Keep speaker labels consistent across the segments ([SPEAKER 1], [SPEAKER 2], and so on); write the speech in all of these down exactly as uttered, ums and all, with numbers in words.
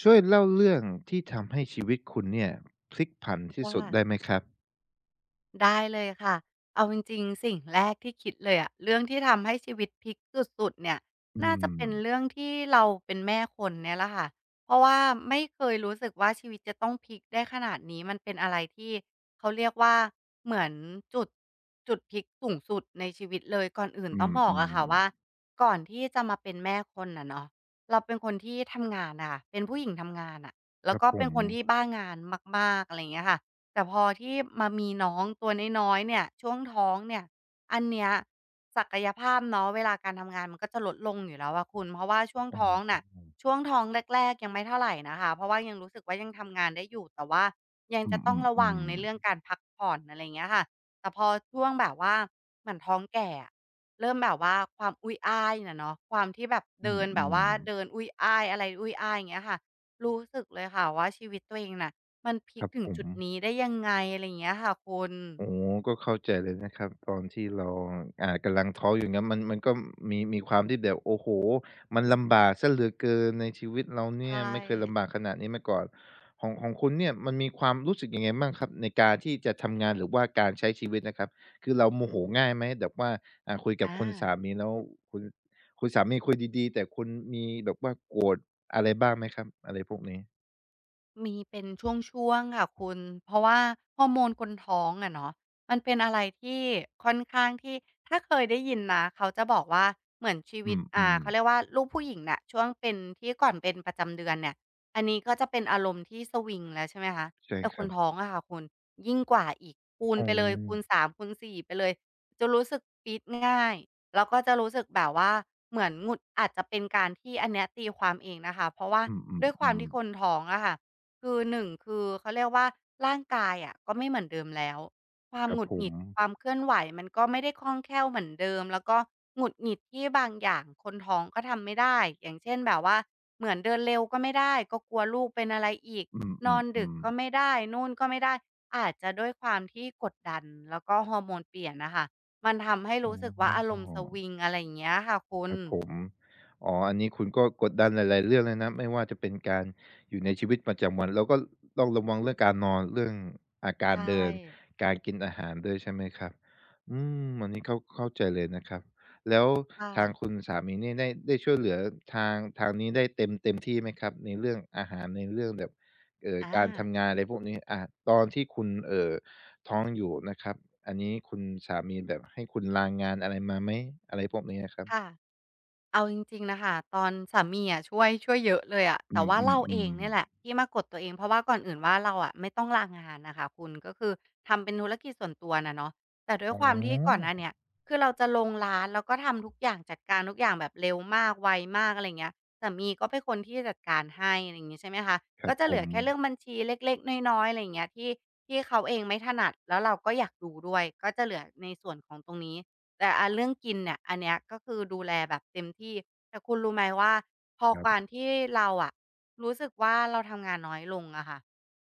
[SPEAKER 1] ช่วยเล่าเรื่องที่ทำให้ชีวิตคุณเนี่ยพลิกผัน
[SPEAKER 2] ค
[SPEAKER 1] ที่สุดได้ไหม
[SPEAKER 2] ่ะ
[SPEAKER 1] ครับ
[SPEAKER 2] ได้เลยค่ะเอาจริงๆสิ่งแรกที่คิดเลยอะเรื่องที่ทำให้ชีวิตพลิกสุดๆเนี่ย
[SPEAKER 1] อื
[SPEAKER 2] น่าจะเป็
[SPEAKER 1] ม
[SPEAKER 2] นเรื่องที่เราเป็นแม่คนเนี่ยแหละค่ะเพราะว่าไม่เคยรู้สึกว่าชีวิตจะต้องพลิกได้ขนาดนี้มันเป็นอะไรที่เขาเรียกว่าเหมือนจุดจุดพลิกสูงสุดในชีวิตเลยก่อนอื่น
[SPEAKER 1] อื
[SPEAKER 2] ต้องบอกอะค่ะว่า
[SPEAKER 1] ม
[SPEAKER 2] ก่อนที่จะมาเป็นแม่คนอะเนาะเราเป็นคนที่ทำงานน่ะค่ะเป็นผู้หญิงทำงานอะ
[SPEAKER 1] ๆค
[SPEAKER 2] แล้ว
[SPEAKER 1] รับ
[SPEAKER 2] ก็
[SPEAKER 1] ผ
[SPEAKER 2] เป็น
[SPEAKER 1] ม
[SPEAKER 2] คนที่บ้างานมากๆอะไรอย่างเงี้ยค่ะ แต่พอที่มามีน้องตัวน้อยๆเนี่ยช่วงท้องเนี่ยอันเนี้ยศักยภาพเนาะเวลาการทำงานมันก็จะลดลงอยู่แล้วอะคุณเพราะว่าช่วงท้องน่ะช่วงท้องแรกๆยังไม่เท่าไหรนะคะเพราะว่ายังรู้สึกว่ายังทำงานได้อยู่แต่ว่ายัง
[SPEAKER 1] อื
[SPEAKER 2] จะ
[SPEAKER 1] ม
[SPEAKER 2] ต้
[SPEAKER 1] อื
[SPEAKER 2] องระวัง
[SPEAKER 1] ม
[SPEAKER 2] ในเรื่อง
[SPEAKER 1] ๆ
[SPEAKER 2] กา
[SPEAKER 1] ๆ
[SPEAKER 2] รพักผ่อนอะไรเงี้ยค่ะแต่พอช่วงแบบว่าเหมือนท้องแก่อะเริ่มแบบว่าความอุ้ยอ้ายน่ะเนาะความที่แบบ
[SPEAKER 1] อื
[SPEAKER 2] เดินแบบว่า
[SPEAKER 1] ม
[SPEAKER 2] เดิน
[SPEAKER 1] ๆ
[SPEAKER 2] อุ้ยอ้ายอะไรอุ้ยอ้ายอย่างเงี้ยค่ะรู้สึกเลยค่ะว่าชีวิตตัวเองน่ะ มันพลิ
[SPEAKER 1] ค
[SPEAKER 2] ก
[SPEAKER 1] รับ
[SPEAKER 2] ถึ
[SPEAKER 1] ผ
[SPEAKER 2] ง
[SPEAKER 1] ม
[SPEAKER 2] จุดนี้ได้ยังไงอะไรอย่างเงี้ยค่ะคุณ
[SPEAKER 1] โอ้โฮก็เข้าใจเลยนะครับตอนที่เราอ่ากำลังท้ออยู่งั้นมันมันก็มีมีความที่แบบโอ้โฮมันลำบากเสียเหลือเกินในชีวิตเรา
[SPEAKER 2] ใช
[SPEAKER 1] เนี่ย
[SPEAKER 2] ่
[SPEAKER 1] ไม่เคยลำบากขนาดนี้มาก่อนของของคุณเนี่ยมันมีความรู้สึกยังไงบ้างครับในการที่จะทำงานหรือว่าการใช้ชีวิตนะครับคือเราโมโหง่ายไหมแบบว่าอ่าคุยกับ
[SPEAKER 2] อา
[SPEAKER 1] คุณสามีแล้วคุณคุณสามีคุยดีๆแต่คุณมีแบบว่าโกรธอะไรบ้างไหมครับอะไรพวกนี้
[SPEAKER 2] มีเป็นช่วงๆค่ะคุณเพราะว่าฮอร์โมนคนท้องอะเนาะมันเป็นอะไรที่ค่อนข้างที่ถ้าเคยได้ยินนะเขาจะบอกว่าเหมือนชี
[SPEAKER 1] อื
[SPEAKER 2] วิตอ่า
[SPEAKER 1] ม
[SPEAKER 2] เขา
[SPEAKER 1] ๆ
[SPEAKER 2] เรียกว่าลูกผู้หญิงน่ะช่วงเป็นที่ก่อนเป็นประจำเดือนเนี่ยอันนี้ก็จะเป็นอารมณ์ที่สวิงแล้วใช่ไหมคะ
[SPEAKER 1] ใช่
[SPEAKER 2] แต่
[SPEAKER 1] ค
[SPEAKER 2] ค
[SPEAKER 1] รั
[SPEAKER 2] น
[SPEAKER 1] บ
[SPEAKER 2] ท้องอะค่ะคุณยิ่งกว่าอีกคูณ
[SPEAKER 1] อ๋อ
[SPEAKER 2] ไปเลยคูณสามคูณสี่ไปเลยจะรู้สึกปี๊ดง่ายแล้วก็จะรู้สึกแบบว่าเหมือนหงุดอาจจะเป็นการที่อันเนี้ยตีความเองนะคะเพราะว่า
[SPEAKER 1] อื
[SPEAKER 2] ด้วยความ
[SPEAKER 1] ม
[SPEAKER 2] ที่ค
[SPEAKER 1] ๆ
[SPEAKER 2] น
[SPEAKER 1] ๆ
[SPEAKER 2] ท้องอะค่ะ คือหนึ่งคือเขาเรียกว่าร่างกายอะก็ไม่เหมือนเดิมแล้วความ
[SPEAKER 1] ครั
[SPEAKER 2] ห
[SPEAKER 1] บ
[SPEAKER 2] งุด
[SPEAKER 1] ผ
[SPEAKER 2] หงิ
[SPEAKER 1] ม
[SPEAKER 2] ดความเคลื่อนไหวมันก็ไม่ได้คล่องแคล่วเหมือนเดิมแล้วก็หงุดหงิดที่บางอย่างคนท้องก็ทำไม่ได้อย่างเช่นแบบว่าเหมือนเดินเร็วก็ไม่ได้ก็กลัวลูกเป็นอะไรอีก
[SPEAKER 1] อื
[SPEAKER 2] นอนดึก
[SPEAKER 1] ม
[SPEAKER 2] ก็ไม่ได้นู่นก็ไม่ได้อาจจะด้วยความที่กดดันแล้วก็ฮอร์โมนเปลี่ยนน่ะค่ะมันทำ
[SPEAKER 1] ๆ
[SPEAKER 2] ให้
[SPEAKER 1] ๆ
[SPEAKER 2] รู้สึกว่าอาร
[SPEAKER 1] อ๋อ
[SPEAKER 2] มณ์สวิงอะไรอย่างเงี้ยค่ะคุ
[SPEAKER 1] ค
[SPEAKER 2] ณ
[SPEAKER 1] รับผมอ๋ออันนี้คุณก็กดดันหลายๆเรื่องเลยนะไม่ว่าจะเป็นการอยู่ในชีวิตประจำวัน แล้วก็ต้องระวังเรื่องการนอน เรื่องอ่าการ
[SPEAKER 2] ใช่
[SPEAKER 1] เดิน การกินอาหารด้วยใช่ไหมครับอืมอันนี้เข้าเข้าใจเลยนะครับ แล้ว
[SPEAKER 2] ค่ะ
[SPEAKER 1] ทางคุณสามีนี่ได้ได้ช่วยเหลือทางทางนี้ได้เต็มเต็มที่ไหมครับในเรื่องอาหารในเรื่องแบบเอ่อ
[SPEAKER 2] อา
[SPEAKER 1] การทำงานอะไรพวกนี้อ่าตอนที่คุณเอ่อท้องอยู่นะครับอันนี้คุณสามีแบบให้คุณลางานอะไรมาไหมอะไรพวกนี้อะครั
[SPEAKER 2] ค่ะ
[SPEAKER 1] บ
[SPEAKER 2] เอาจริงๆนะคะตอนสามีอะช่วยช่วยเยอะเลยอะ
[SPEAKER 1] อื
[SPEAKER 2] แต่
[SPEAKER 1] ม
[SPEAKER 2] ว่า
[SPEAKER 1] อืม
[SPEAKER 2] เรา
[SPEAKER 1] อ
[SPEAKER 2] เอง
[SPEAKER 1] ม
[SPEAKER 2] เนี่ยแหละที่มากดตัวเองเพราะว่าก่อนอื่นว่าเราอะไม่ต้องลางานน่ะค่ะคุณก็คือทำเป็นธุรกิจส่วนตัวน่ะเนาะแต่ด้วย
[SPEAKER 1] อ๋
[SPEAKER 2] ความที่ก่อนห
[SPEAKER 1] อ
[SPEAKER 2] น้าเนี้ยคือเราจะลงร้านแล้วก็ทำทุกอย่างจัดการทุกอย่างแบบเร็วมากไวมากอะไรอย่างเงี้ยสามีก็เป็นคนที่จัดการให้อะไรอย่างงี้ใช่ไหมคะ
[SPEAKER 1] ครั
[SPEAKER 2] ก็
[SPEAKER 1] บ
[SPEAKER 2] จะ
[SPEAKER 1] ผ
[SPEAKER 2] เหลือ
[SPEAKER 1] ม
[SPEAKER 2] แค่เรื่องบัญชีเล็กๆน้อยๆอะไรอย่างเงี้ยที่ที่เขาเองไม่ถนัดแล้วเราก็อยากดูด้วยก็จะเหลือในส่วนของตรงนี้ แต่อ่ะเรื่องกินเนี่ยอันเนี้ยก็คือดูแลแบบเต็มที่แต่คุณรู้ไหมว่าพอ
[SPEAKER 1] ครั
[SPEAKER 2] การ
[SPEAKER 1] บ
[SPEAKER 2] ที่เราอะรู้สึกว่าเราทำงานน้อยลงอะค่ะ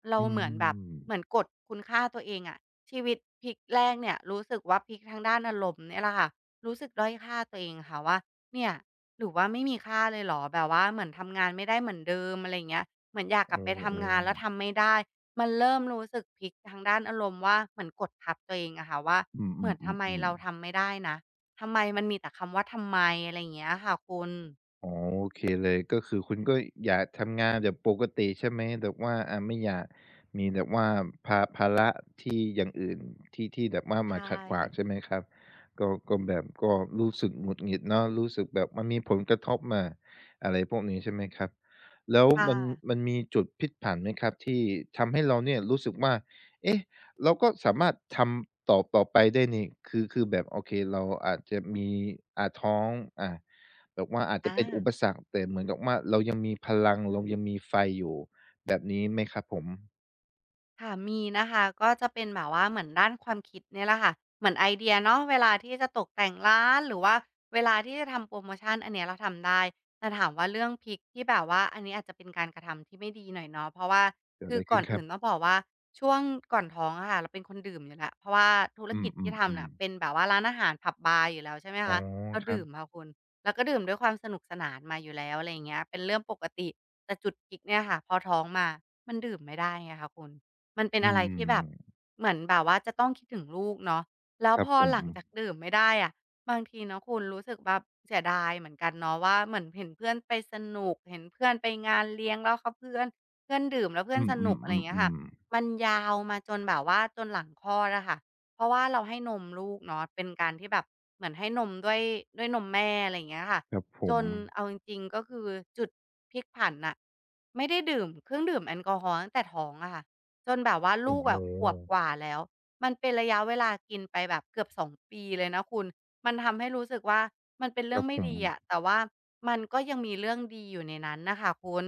[SPEAKER 2] เรา
[SPEAKER 1] อื
[SPEAKER 2] เหมือนแบบเหมือน
[SPEAKER 1] ม
[SPEAKER 2] กดคุณค่าตัวเองอะชีวิตพลิกแรกเนี่ยรู้สึกว่าพลิกทางด้านอารมณ์เนี่ยแหละค่ะรู้สึกด้อยค่าตัวเองค่ะว่าเนี่ยหรือว่าไม่มีค่าเลยเหรอแบบว่าเหมือนทำงานไม่ได้เหมือนเดิมอะไรอย่างเงี้ยเหมือนอยากก
[SPEAKER 1] เอ
[SPEAKER 2] ลับไปทำงานแล้
[SPEAKER 1] อ
[SPEAKER 2] ว
[SPEAKER 1] ๆ
[SPEAKER 2] ทำไม่ได้มันเริ่มรู้สึกพลิกทางด้านอารมณ์ว่าเหมือนกดทับตัวเองอะค่ะว่า
[SPEAKER 1] อืม
[SPEAKER 2] เหมือนทำไมเรา
[SPEAKER 1] ๆๆ
[SPEAKER 2] ทำ
[SPEAKER 1] ๆ
[SPEAKER 2] ไม่ได้นะ ทำไมมันมีแต่คำว่าทำไมอะไรอย่างเงี้ยค่ะคุณ
[SPEAKER 1] อ๋อโอเคเลยก็คือคุณก็อยากทำงานแบบปกติใช่ไหมแบบว่าอ่าไม่อยากมีแบบว่าภาภาระที่อย่างอื่นที่ที่แบบว่ามา
[SPEAKER 2] ใช่
[SPEAKER 1] ขัดขวางใช่ไหมครับก็ก็แบบก็รู้สึกหงุดหงิดเนาะรู้สึกแบบมันมีผลกระทบมาอะไรพวกนี้ใช่ไหมครับแล้วมัน
[SPEAKER 2] ค่ะ
[SPEAKER 1] มันมีจุดพลิกผันไหมครับที่ทำให้เราเนี่ยรู้สึกว่าเอ๊ะเราก็สามารถทำต่อต่อไปได้นี่คือคือแบบโอเคเราอาจจะมีอ่าท้องอา แบบว่าอาจจะ
[SPEAKER 2] อา
[SPEAKER 1] เป็นอุปสรรคแต่เหมือนกับว่าเรายังมีพลังเรายังมีไฟอยู่แบบนี้ไหมครับผม
[SPEAKER 2] ค่ะมีนะคะก็จะเป็นแบบว่าเหมือนด้านความคิดเนี่ยแหละค่ะเหมือนไอเดียเนาะเวลาที่จะตกแต่งร้านหรือว่าเวลาที่จะทำโพรโมชันอันเนี้ยเราทำได้แต่ถามว่าเรื่องพริกที่แบบว่าอันนี้อาจจะเป็นการกระทำที่ไม่ดีหน่อยเนาะเพราะว่า
[SPEAKER 1] เกิด
[SPEAKER 2] คื
[SPEAKER 1] อะ
[SPEAKER 2] อ
[SPEAKER 1] ไร
[SPEAKER 2] ก่
[SPEAKER 1] ขึ้
[SPEAKER 2] อ
[SPEAKER 1] น
[SPEAKER 2] น
[SPEAKER 1] ครั
[SPEAKER 2] อื่
[SPEAKER 1] บ
[SPEAKER 2] นต้องบอกว่าช่วงก่อนท้องอะค่ะเราเป็นคนดื่มอยู่แล้วเพราะว่าธุร
[SPEAKER 1] อื
[SPEAKER 2] กิจที่ทำ
[SPEAKER 1] ม
[SPEAKER 2] น่ะ
[SPEAKER 1] ๆ
[SPEAKER 2] เป็น
[SPEAKER 1] ๆ
[SPEAKER 2] แบบว่าร้านอาหารผับบาร์อยู่แล้วใช่ไหม
[SPEAKER 1] อ๋อ
[SPEAKER 2] คะเรา
[SPEAKER 1] ครับ
[SPEAKER 2] ดื่มค่ะคุณแล้วก็ดื่มด้วยความสนุกสนานมาอยู่แล้วอะไรอย่างเงี้ยเป็นเรื่องปกติแต่จุดพลิกเนี่ยค่ะพอท้องมามันดื่มไม่ได้ไงคะคุณ มันเป็น
[SPEAKER 1] อื
[SPEAKER 2] อะไรที่แบบ
[SPEAKER 1] ม
[SPEAKER 2] เหมือนแบบว่าจะต้องคิดถึงลูกเนาะแล้ว
[SPEAKER 1] ครั
[SPEAKER 2] พ
[SPEAKER 1] บ
[SPEAKER 2] อ
[SPEAKER 1] ผม
[SPEAKER 2] หลังจากดื่มไม่ได้อะบางทีเนาะคุณรู้สึกแบบเสียดายเหมือนกันเนาะว่าเหมือนเห็นเพื่อนไปสนุกเห็นเพื่อนไปงานเลี้ยงแล้วเขาเพื่อนเพื่อนดื่มแล้วเพื่อ
[SPEAKER 1] อื
[SPEAKER 2] นสนุกอะไรอย่างเงี้ยค่ะ
[SPEAKER 1] มๆๆๆ
[SPEAKER 2] มันยาวมาจนแบบว่าจนหลังคลอดอะค่ะเพราะว่าเราให้นมลูกเนาะเป็นการที่แบบเหมือนให้นมด้วยด้วยนมแม่อะไรอย่างเงี้ยค่ะ
[SPEAKER 1] ครับผ
[SPEAKER 2] จ
[SPEAKER 1] ม
[SPEAKER 2] นเอาจริงๆก็คือจุดพลิกผันน่ะไม่ได้ดื่มเครื่องดื่มแอลกอฮอล์ตั้งแต่ท้องอะค่ะ จนแบบว่าลู
[SPEAKER 1] โอ้
[SPEAKER 2] ก
[SPEAKER 1] โฮ
[SPEAKER 2] อะขวบกว่าแล้ว มันเป็นระยะเวลากินไปแบบเกือบสองปีเลยนะคุณ มันทำให้รู้สึกว่ามันเป็น
[SPEAKER 1] ค
[SPEAKER 2] เรื่อ
[SPEAKER 1] รั
[SPEAKER 2] ง
[SPEAKER 1] บผ
[SPEAKER 2] ไม่
[SPEAKER 1] ม
[SPEAKER 2] ดีอะแต่ว่ามันก็ยังมีเรื่องดีอยู่ในนั้นน่ะค่ะคุณ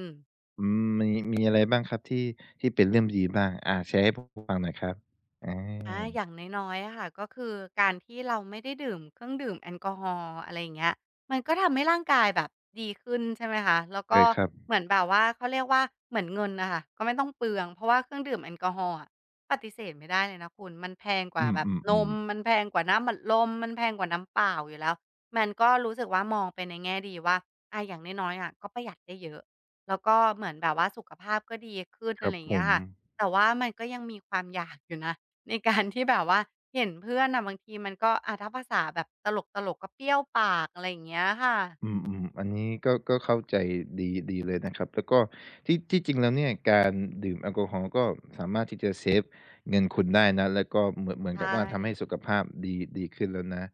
[SPEAKER 1] อืมมีมีอะไรบ้างครับที่ที่เป็นเรื่องดีบ้างอาแชร์ให้ผมฟังหน่อยครับอ
[SPEAKER 2] อา
[SPEAKER 1] า
[SPEAKER 2] อย่างน้อยๆอะค่ะก็คือการที่เราไม่ได้ดื่มเครื่องดื่มแอลกอฮอล์อะไรอย่างเงี้ยมันก็ทำให้ร่างกายแบบดีขึ้นใช่ไหมคะแล้วก็
[SPEAKER 1] ได้ครับ
[SPEAKER 2] เหมือนแบบว่าเขาเรียกว่าเหมือนเงินน่ะค่ะก็ไม่ต้องเปลืองเพราะว่าเครื่องดื่มแอลกอฮอล์อะปฏิเสธไม่ได้เลยนะคุณมันแพงกว่า
[SPEAKER 1] อื
[SPEAKER 2] แบบน
[SPEAKER 1] ม
[SPEAKER 2] ม
[SPEAKER 1] ๆ
[SPEAKER 2] มันแพงกว่าน้ำอัดลมมันแพงกว่าน้ำเปล่าอยู่แล้วมันก็รู้สึกว่ามองไปในแง่ดีว่าอาอย่างน้อยๆอะก็ประหยัดได้เยอะแล้วก็เหมือนแบบว่าสุขภาพก็ดีขึ้น
[SPEAKER 1] ๆค
[SPEAKER 2] อะ
[SPEAKER 1] รั
[SPEAKER 2] ไร
[SPEAKER 1] บ
[SPEAKER 2] อย่าง
[SPEAKER 1] ผ
[SPEAKER 2] เงี้ย
[SPEAKER 1] ม
[SPEAKER 2] ค่ะแต่ว่ามันก็ยังมีความอยากอยู่นะ ในการที่แบบว่าเห็นเพื่อนน่ะบางทีมันก็อะถ้าภาษาแบบตลกๆก็เปรี้ยวปากอะไรอย่างเงี้ยค่ะ
[SPEAKER 1] อืมอืมอันนี้ก็ก็เข้าใจดีดีเลยนะครับแล้วก็ที่ที่จริงแล้วเนี่ยการดื่มแอลกอฮอล์ก็สามารถที่จะเซฟเงินคุณได้นะแล้วก็เหมือนเหมือนกั
[SPEAKER 2] ใช่
[SPEAKER 1] บว่าทำให้สุขภาพดีดีขึ้นแล้วนะ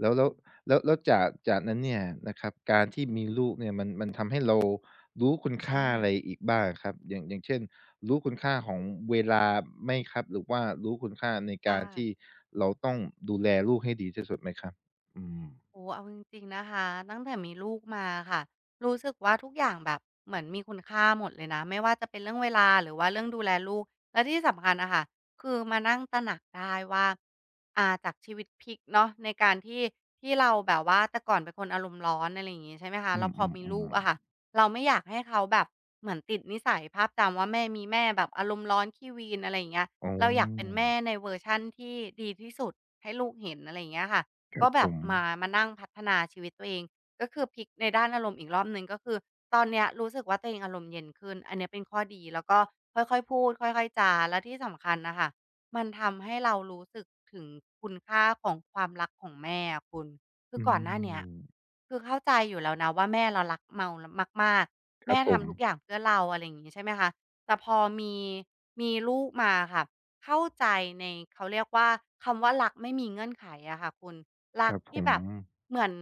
[SPEAKER 1] แล้วแล้วแล้วแล้วจากจากนั้นเนี่ยนะครับการที่มีลูกเนี่ยมันมันทำให้เรารู้คุณ
[SPEAKER 2] อา
[SPEAKER 1] ค่าอะไรอีกบ้างอครับอย่างอย่างเช่นรู้คุณค่าของเวลาไหมครับหรือว่ารู้คุณค่าใน
[SPEAKER 2] ค
[SPEAKER 1] การที่
[SPEAKER 2] ่ะ
[SPEAKER 1] เราต้องดูแลลูกให้ดีที่สุดไหมครับอืม
[SPEAKER 2] โอ้เอาจริงๆนะคะ ตั้งแต่มีลูกมาค่ะ รู้สึกว่าทุกอย่างแบบเหมือนมีคุณค่าหมดเลยนะ ไม่ว่าจะเป็นเรื่องเวลาหรือว่าเรื่องดูแลลูก และที่สำคัญอะค่ะคือมานั่งตระหนักได้ว่าอ่าจากชีวิตพลิกเนาะในการที่ที่เราแบบว่าแต่ก่อนเป็นคนอารมณ์ร้อนอะไรอย่างงี้ใช่ไหมคะ
[SPEAKER 1] อื
[SPEAKER 2] แล้
[SPEAKER 1] ม
[SPEAKER 2] วพ
[SPEAKER 1] อื
[SPEAKER 2] อ
[SPEAKER 1] ม
[SPEAKER 2] มี
[SPEAKER 1] อื
[SPEAKER 2] ลู
[SPEAKER 1] ม
[SPEAKER 2] กอะค่ะเราไม่อยากให้เขาแบบเหมือนติดนิสัยภาพจำว่าแม่มีแม่แบบอารมณ์ร้อนขี้วีนอะไรอย่างเงี้ย
[SPEAKER 1] อ๋
[SPEAKER 2] เราอยากเป็น
[SPEAKER 1] อ
[SPEAKER 2] แม่ในเวอร์ชันที่ดีที่สุดให้ลูกเห็นอะไรอย่างเงี้ยค่ะ
[SPEAKER 1] ครั
[SPEAKER 2] ก็
[SPEAKER 1] บ
[SPEAKER 2] แบ
[SPEAKER 1] ผ
[SPEAKER 2] บ
[SPEAKER 1] ม
[SPEAKER 2] มามานั่งพัฒนาชีวิตตัวเองก็คือพลิกในด้านอารมณ์อีกรอบหนึ่งก็คือตอนเนี้ยรู้สึกว่าตัวเองอารมณ์เย็นขึ้นอันเนี้ยเป็นข้อดีแล้วก็ค่อยๆพูดค่อยๆจาแล้วที่สำคัญน่ะค่ะมันทำให้เรารู้สึกถึงคุณค่าของความรักของแม่อะคุณคือ
[SPEAKER 1] อื
[SPEAKER 2] ก่อนหน้าเนี้ย
[SPEAKER 1] ม
[SPEAKER 2] คือเข้าใจอยู่แล้วนะว่าแม่เรารักเมารมาก
[SPEAKER 1] ค
[SPEAKER 2] ๆ
[SPEAKER 1] รั
[SPEAKER 2] แม่
[SPEAKER 1] บผม
[SPEAKER 2] ทำทุกอย่างเพื่อเราอะไรอย่างงี้ใช่ไหมคะแต่พอมีมีลูกมาค่ะเข้าใจในเขาเรียกว่าคำว่ารักไม่มีเงื่อนไขอะค่ะคุณ
[SPEAKER 1] ค
[SPEAKER 2] รัก
[SPEAKER 1] รับผ
[SPEAKER 2] ที่
[SPEAKER 1] ม
[SPEAKER 2] แบบเหมือน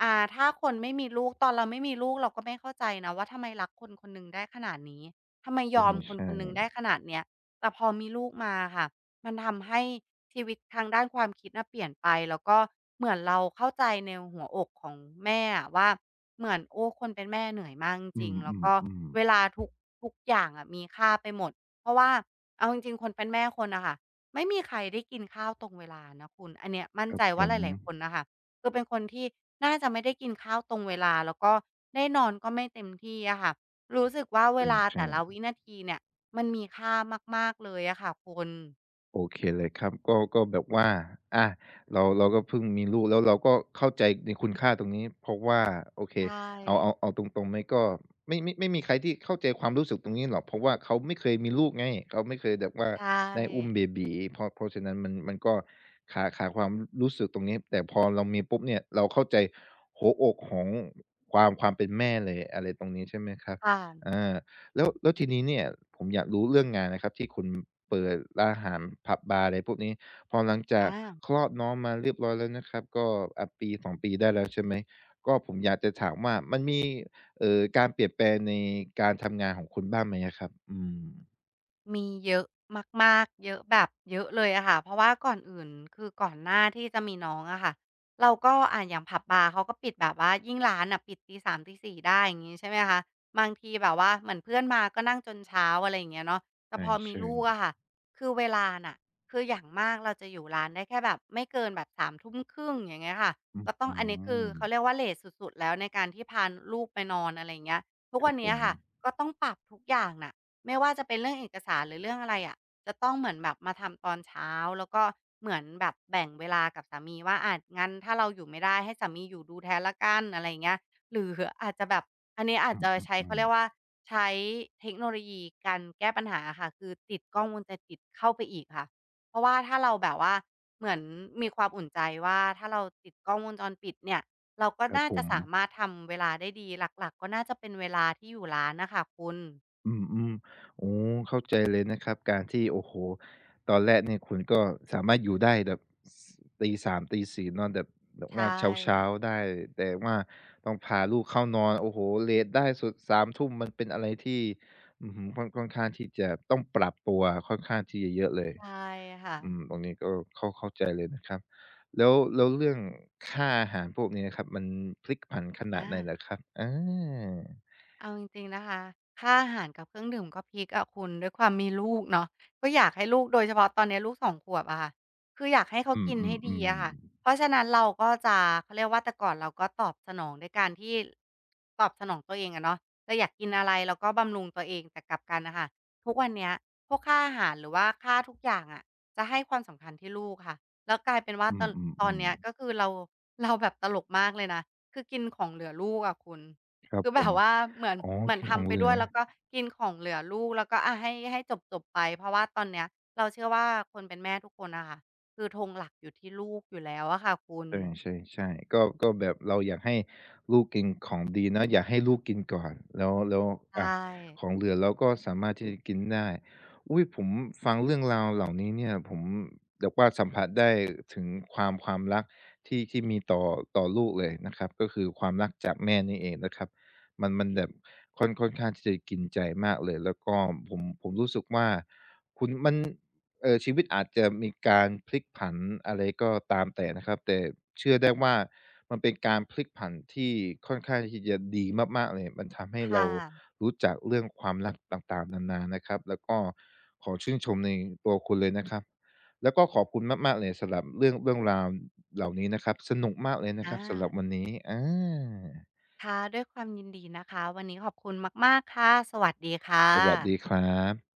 [SPEAKER 2] อ่าถ้าคนไม่มีลูกตอนเราไม่มีลูกเราก็ไม่เข้าใจนะว่าทำไมรักคนคนหนึ่งได้ขนาดนี้ทำไมยอมคน
[SPEAKER 1] ใช่
[SPEAKER 2] คนหนึ่งได้ขนาดเนี้ยแต่พอมีลูกมาค่ะมันทำให้ชีวิตทางด้านความคิดน่ะเปลี่ยนไปแล้วก็เหมือนเราเข้าใจในหัวอกของแม่อะว่าเหมือนโอ้คนเป็นแม่เหนื่อยมากจ
[SPEAKER 1] ๆอื
[SPEAKER 2] ริงๆแล้วก็
[SPEAKER 1] ม
[SPEAKER 2] เวลาทุกทุกอย่างอะมีค่าไปหมดเพราะว่าเอาจริงๆคนเป็นแม่คนน่ะค่ะ ไม่มีใครได้กินข้าวตรงเวลานะคุณอันเนี้ย
[SPEAKER 1] ๆ
[SPEAKER 2] มั่
[SPEAKER 1] ๆ
[SPEAKER 2] น
[SPEAKER 1] ครั
[SPEAKER 2] ใจ
[SPEAKER 1] บผ
[SPEAKER 2] ว่า
[SPEAKER 1] ม
[SPEAKER 2] หลายๆคนน่ะค่ะคือเป็นคนที่น่าจะไม่ได้กินข้าวตรงเวลาแล้วก็ได้นอนก็ไม่เต็มที่อะค่ะรู้สึกว่า
[SPEAKER 1] ใ
[SPEAKER 2] เวลา
[SPEAKER 1] ช่
[SPEAKER 2] แต่ละ
[SPEAKER 1] ๆ
[SPEAKER 2] วินาทีเนี่ยมันมีค่ามากๆเลยอะค่ะคุณ
[SPEAKER 1] โอเคเลยครับก็ก็แบบว่าอาเราเราก็เพิ่งมีลูกแล้วเราก็เข้าใจในคุณค่าตรงนี้เพราะว่าโอเค
[SPEAKER 2] ใช
[SPEAKER 1] เอาเอา
[SPEAKER 2] ่
[SPEAKER 1] เอาตรงๆไหมก็ไม่ไม่ไม่มีใครที่เข้าใจความรู้สึกตรงนี้หรอกเพราะว่าเขาไม่เคยมีลูกไงเขาไม่เคยแบบว่า
[SPEAKER 2] ใช่
[SPEAKER 1] ได้อุ้มเบบี๋เพราะเพราะฉะนั้นมันมันก็ขาดขาดความรู้สึกตรงนี้แต่พอเรามีปุ๊บเนี่ยเราเข้าใจหัวอกของความความเป็นแม่เลยอะไรตรงนี้ใช่ไหมครับ
[SPEAKER 2] ค่ะ
[SPEAKER 1] อา แล้วแล้วทีนี้เนี่ยผมอยากรู้เรื่องงานนะครับที่คุณเปิดร้านอาหารผับบาร์อะไรพวกนี้พอหลังจาก
[SPEAKER 2] อา
[SPEAKER 1] คลอดน้องมาเรียบร้อยแล้วนะครับ ก็อ่าปีสอสองปีได้แล้วใช่ไหม ก็ผมอยากจะถามว่ามันมีเอ่อการเปลี่ยนแปลงในการทำงานของคุณบ้างไหมอะครับอืม
[SPEAKER 2] มีเยอะมากๆเยอะแบบเยอะเลยอะค่ะเพราะว่าก่อนอื่นคือก่อนหน้าที่จะมีน้องอะค่ะเราก็อ่าอย่างผับบาร์เขาก็ปิดแบบว่ายิ่งร้านน่ะปิดตีสามตีสี่ได้อย่างงี้ใช่ไหมคะบางทีแบบว่าเหมือนเพื่อนมาก็นั่งจนเช้าอะไรอย่างเงี้ยเนาะแต่พอมี
[SPEAKER 1] ใช่
[SPEAKER 2] ลูกอะค่ะคือเวลาน่ะคืออย่างมากเราจะอยู่ร้านได้แค่แบบไม่เกินแบบสามทุ่มครึ่งอย่างเงี้ยค่ะ
[SPEAKER 1] ๆอื้อ
[SPEAKER 2] ก็ต้อง
[SPEAKER 1] ฮื
[SPEAKER 2] อันนี้คือ
[SPEAKER 1] อ
[SPEAKER 2] เขาเรียกว่าเลตสุดๆแล้วในการที่พาลูกไปนอนอะไรอย่างเงี้ยทุก
[SPEAKER 1] ครั
[SPEAKER 2] วั
[SPEAKER 1] บ
[SPEAKER 2] น
[SPEAKER 1] ผ
[SPEAKER 2] เนี้ย
[SPEAKER 1] ม
[SPEAKER 2] ค่ะก็ต้องปรับทุกอย่างน่ะ ไม่ว่าจะเป็นเรื่องเอกสารหรือเรื่องอะไรอะจะต้องเหมือนแบบมาทำตอนเช้าแล้วก็เหมือนแบบแบ่งเวลากับสามีว่าอางั้นถ้าเราอยู่ไม่ได้ให้สามีอยู่ดูแทนแล้วกันอะไรอย่างเงี้ยหรืออาจจะแบบอันนี้อา
[SPEAKER 1] อ
[SPEAKER 2] จจะใช้
[SPEAKER 1] ื
[SPEAKER 2] เขา
[SPEAKER 1] ม
[SPEAKER 2] เรียก
[SPEAKER 1] ๆๆ
[SPEAKER 2] ว่าใช้เทคโนโลยีการแก้ปัญหาอะค่ะคือติดกล้องวงจรปิดเข้าไปอีกค่ะเพราะว่าถ้าเราแบบว่าเหมือนมีความอุ่นใจว่าถ้าเราติดกล้องวงจรปิดเนี่ยเราก็
[SPEAKER 1] ครับ
[SPEAKER 2] น่า
[SPEAKER 1] ผ
[SPEAKER 2] จะ
[SPEAKER 1] ม
[SPEAKER 2] สามารถทำเวลาได้ดีหลักๆก็น่าจะเป็นเวลาที่อยู่ร้านน่ะค่ะคุณ
[SPEAKER 1] อืมอือโอเข้าใจเลยนะครับการที่โอ้โหตอนแรกเนี่ยคุณก็สามารถอยู่ได้แบบสตีสามตีสี่นอนแบบแบบว่า
[SPEAKER 2] ใช่
[SPEAKER 1] เช้าๆได้แต่ว่าต้องพาลูกเข้านอนโอ้โหเลตได้สุดสามทุ่มมันเป็นอะไรที่อื้ค่อนค่อนข้างที่จะต้องปรับตัวค่อนข้างที่จะเยอะเลย
[SPEAKER 2] ใช่ค่ะ
[SPEAKER 1] อืมตรงนี้ก็เข้าเข้าใจเลยนะครับแล้วแล้วเรื่องค่าอาหารพวกนี้นะครับมันพลิกผันขนาด
[SPEAKER 2] อา
[SPEAKER 1] ไหนล่ะครับอา
[SPEAKER 2] เอาจริงๆนะคะค่าอาหารกับเครื่องดื่มก็พีคอะคุณด้วยความมีลูกเนาะก็อยากให้ลูกโดยเฉพาะตอนนี้ลูกสองขวบอะค่ะคืออยากให้เขา
[SPEAKER 1] อืม
[SPEAKER 2] กิน
[SPEAKER 1] อืม
[SPEAKER 2] ให้
[SPEAKER 1] อื
[SPEAKER 2] ดี
[SPEAKER 1] ม
[SPEAKER 2] อะค่ะเพราะฉะนั้นเราก็จะเขาเรียกว่าแต่ก่อนเราก็ตอบสนองด้วยการที่ตอบสนองตัวเองอะเนาะเราอยากกินอะไรเราก็บำรุงตัวเองแต่กลับกันนะคะทุกวันเนี้ยพวกค่าอาหารหรือว่าค่าทุกอย่างอะจะให้ความสำคัญที่ลูกค่ะแล้วกลายเป็นว่า
[SPEAKER 1] อื
[SPEAKER 2] ต
[SPEAKER 1] ม
[SPEAKER 2] อน
[SPEAKER 1] อืม
[SPEAKER 2] ตอ
[SPEAKER 1] อื
[SPEAKER 2] น
[SPEAKER 1] ม
[SPEAKER 2] เนี้ยก็คือเราเราแบบตลกมากเลยนะคือกินของเหลือลูกอะคุณ
[SPEAKER 1] ครับ
[SPEAKER 2] คือ
[SPEAKER 1] ผ
[SPEAKER 2] แบ
[SPEAKER 1] ม
[SPEAKER 2] บว่าเหมือน
[SPEAKER 1] อ๋อ
[SPEAKER 2] เหมือน
[SPEAKER 1] กินของ
[SPEAKER 2] ทำไป
[SPEAKER 1] เหลื
[SPEAKER 2] ด้ว
[SPEAKER 1] อ
[SPEAKER 2] ยแล้วก็กินของเหลือลูกแล้วก็อาให้ให้จบๆไปเพราะว่าตอนเนี้ยเราเชื่อว่าคนเป็นแม่ทุกคนน่ะค่ะคือธงหลักอยู่ที่ลูกอยู่แล้วอะค่ะคุณ
[SPEAKER 1] ใช่ๆๆก็ก็แบบเราอยากให้ลูกกินของดีเนาะอยากให้ลูกกินก่อนแล้วแล้ว
[SPEAKER 2] ใช่
[SPEAKER 1] อะของเหลือเราก็สามารถที่จะกินได้อุ๊ยผมฟังเรื่องราวเหล่านี้เนี่ยผมแบบว่าสัมผัสได้ถึงความความรักที่ที่มีต่อต่อลูกเลยนะครับก็คือความรักจากแม่นี่เองนะครับมันมันแบบค่อนค่อนข้างที่จะกินใจมากเลยแล้วก็ผมผมรู้สึกว่าคุณมัน เอ่อชีวิตอาจจะมีการพลิกผันอะไรก็ตามแต่นะครับแต่เชื่อได้ว่ามันเป็นการพลิกผันที่ค่อนข้างที่จะดีมากๆเลยมันทำให้
[SPEAKER 2] ค่ะ
[SPEAKER 1] เรารู้จักเรื่องความรักต่างๆนานานะครับแล้วก็ขอชื่นชมในตัวคุณเลยนะครับแล้วก็ขอบคุณมากๆเลยสำหรับเรื่องเรื่องราวเหล่านี้นะครับสนุกมากเลยนะค
[SPEAKER 2] อา
[SPEAKER 1] รับสำหรับวันนี้อา
[SPEAKER 2] ค่ะด้วยความยินดีนะคะวันนี้ขอบคุณมากๆค่ะสวัสดีค่ะ
[SPEAKER 1] สวัสดีครับ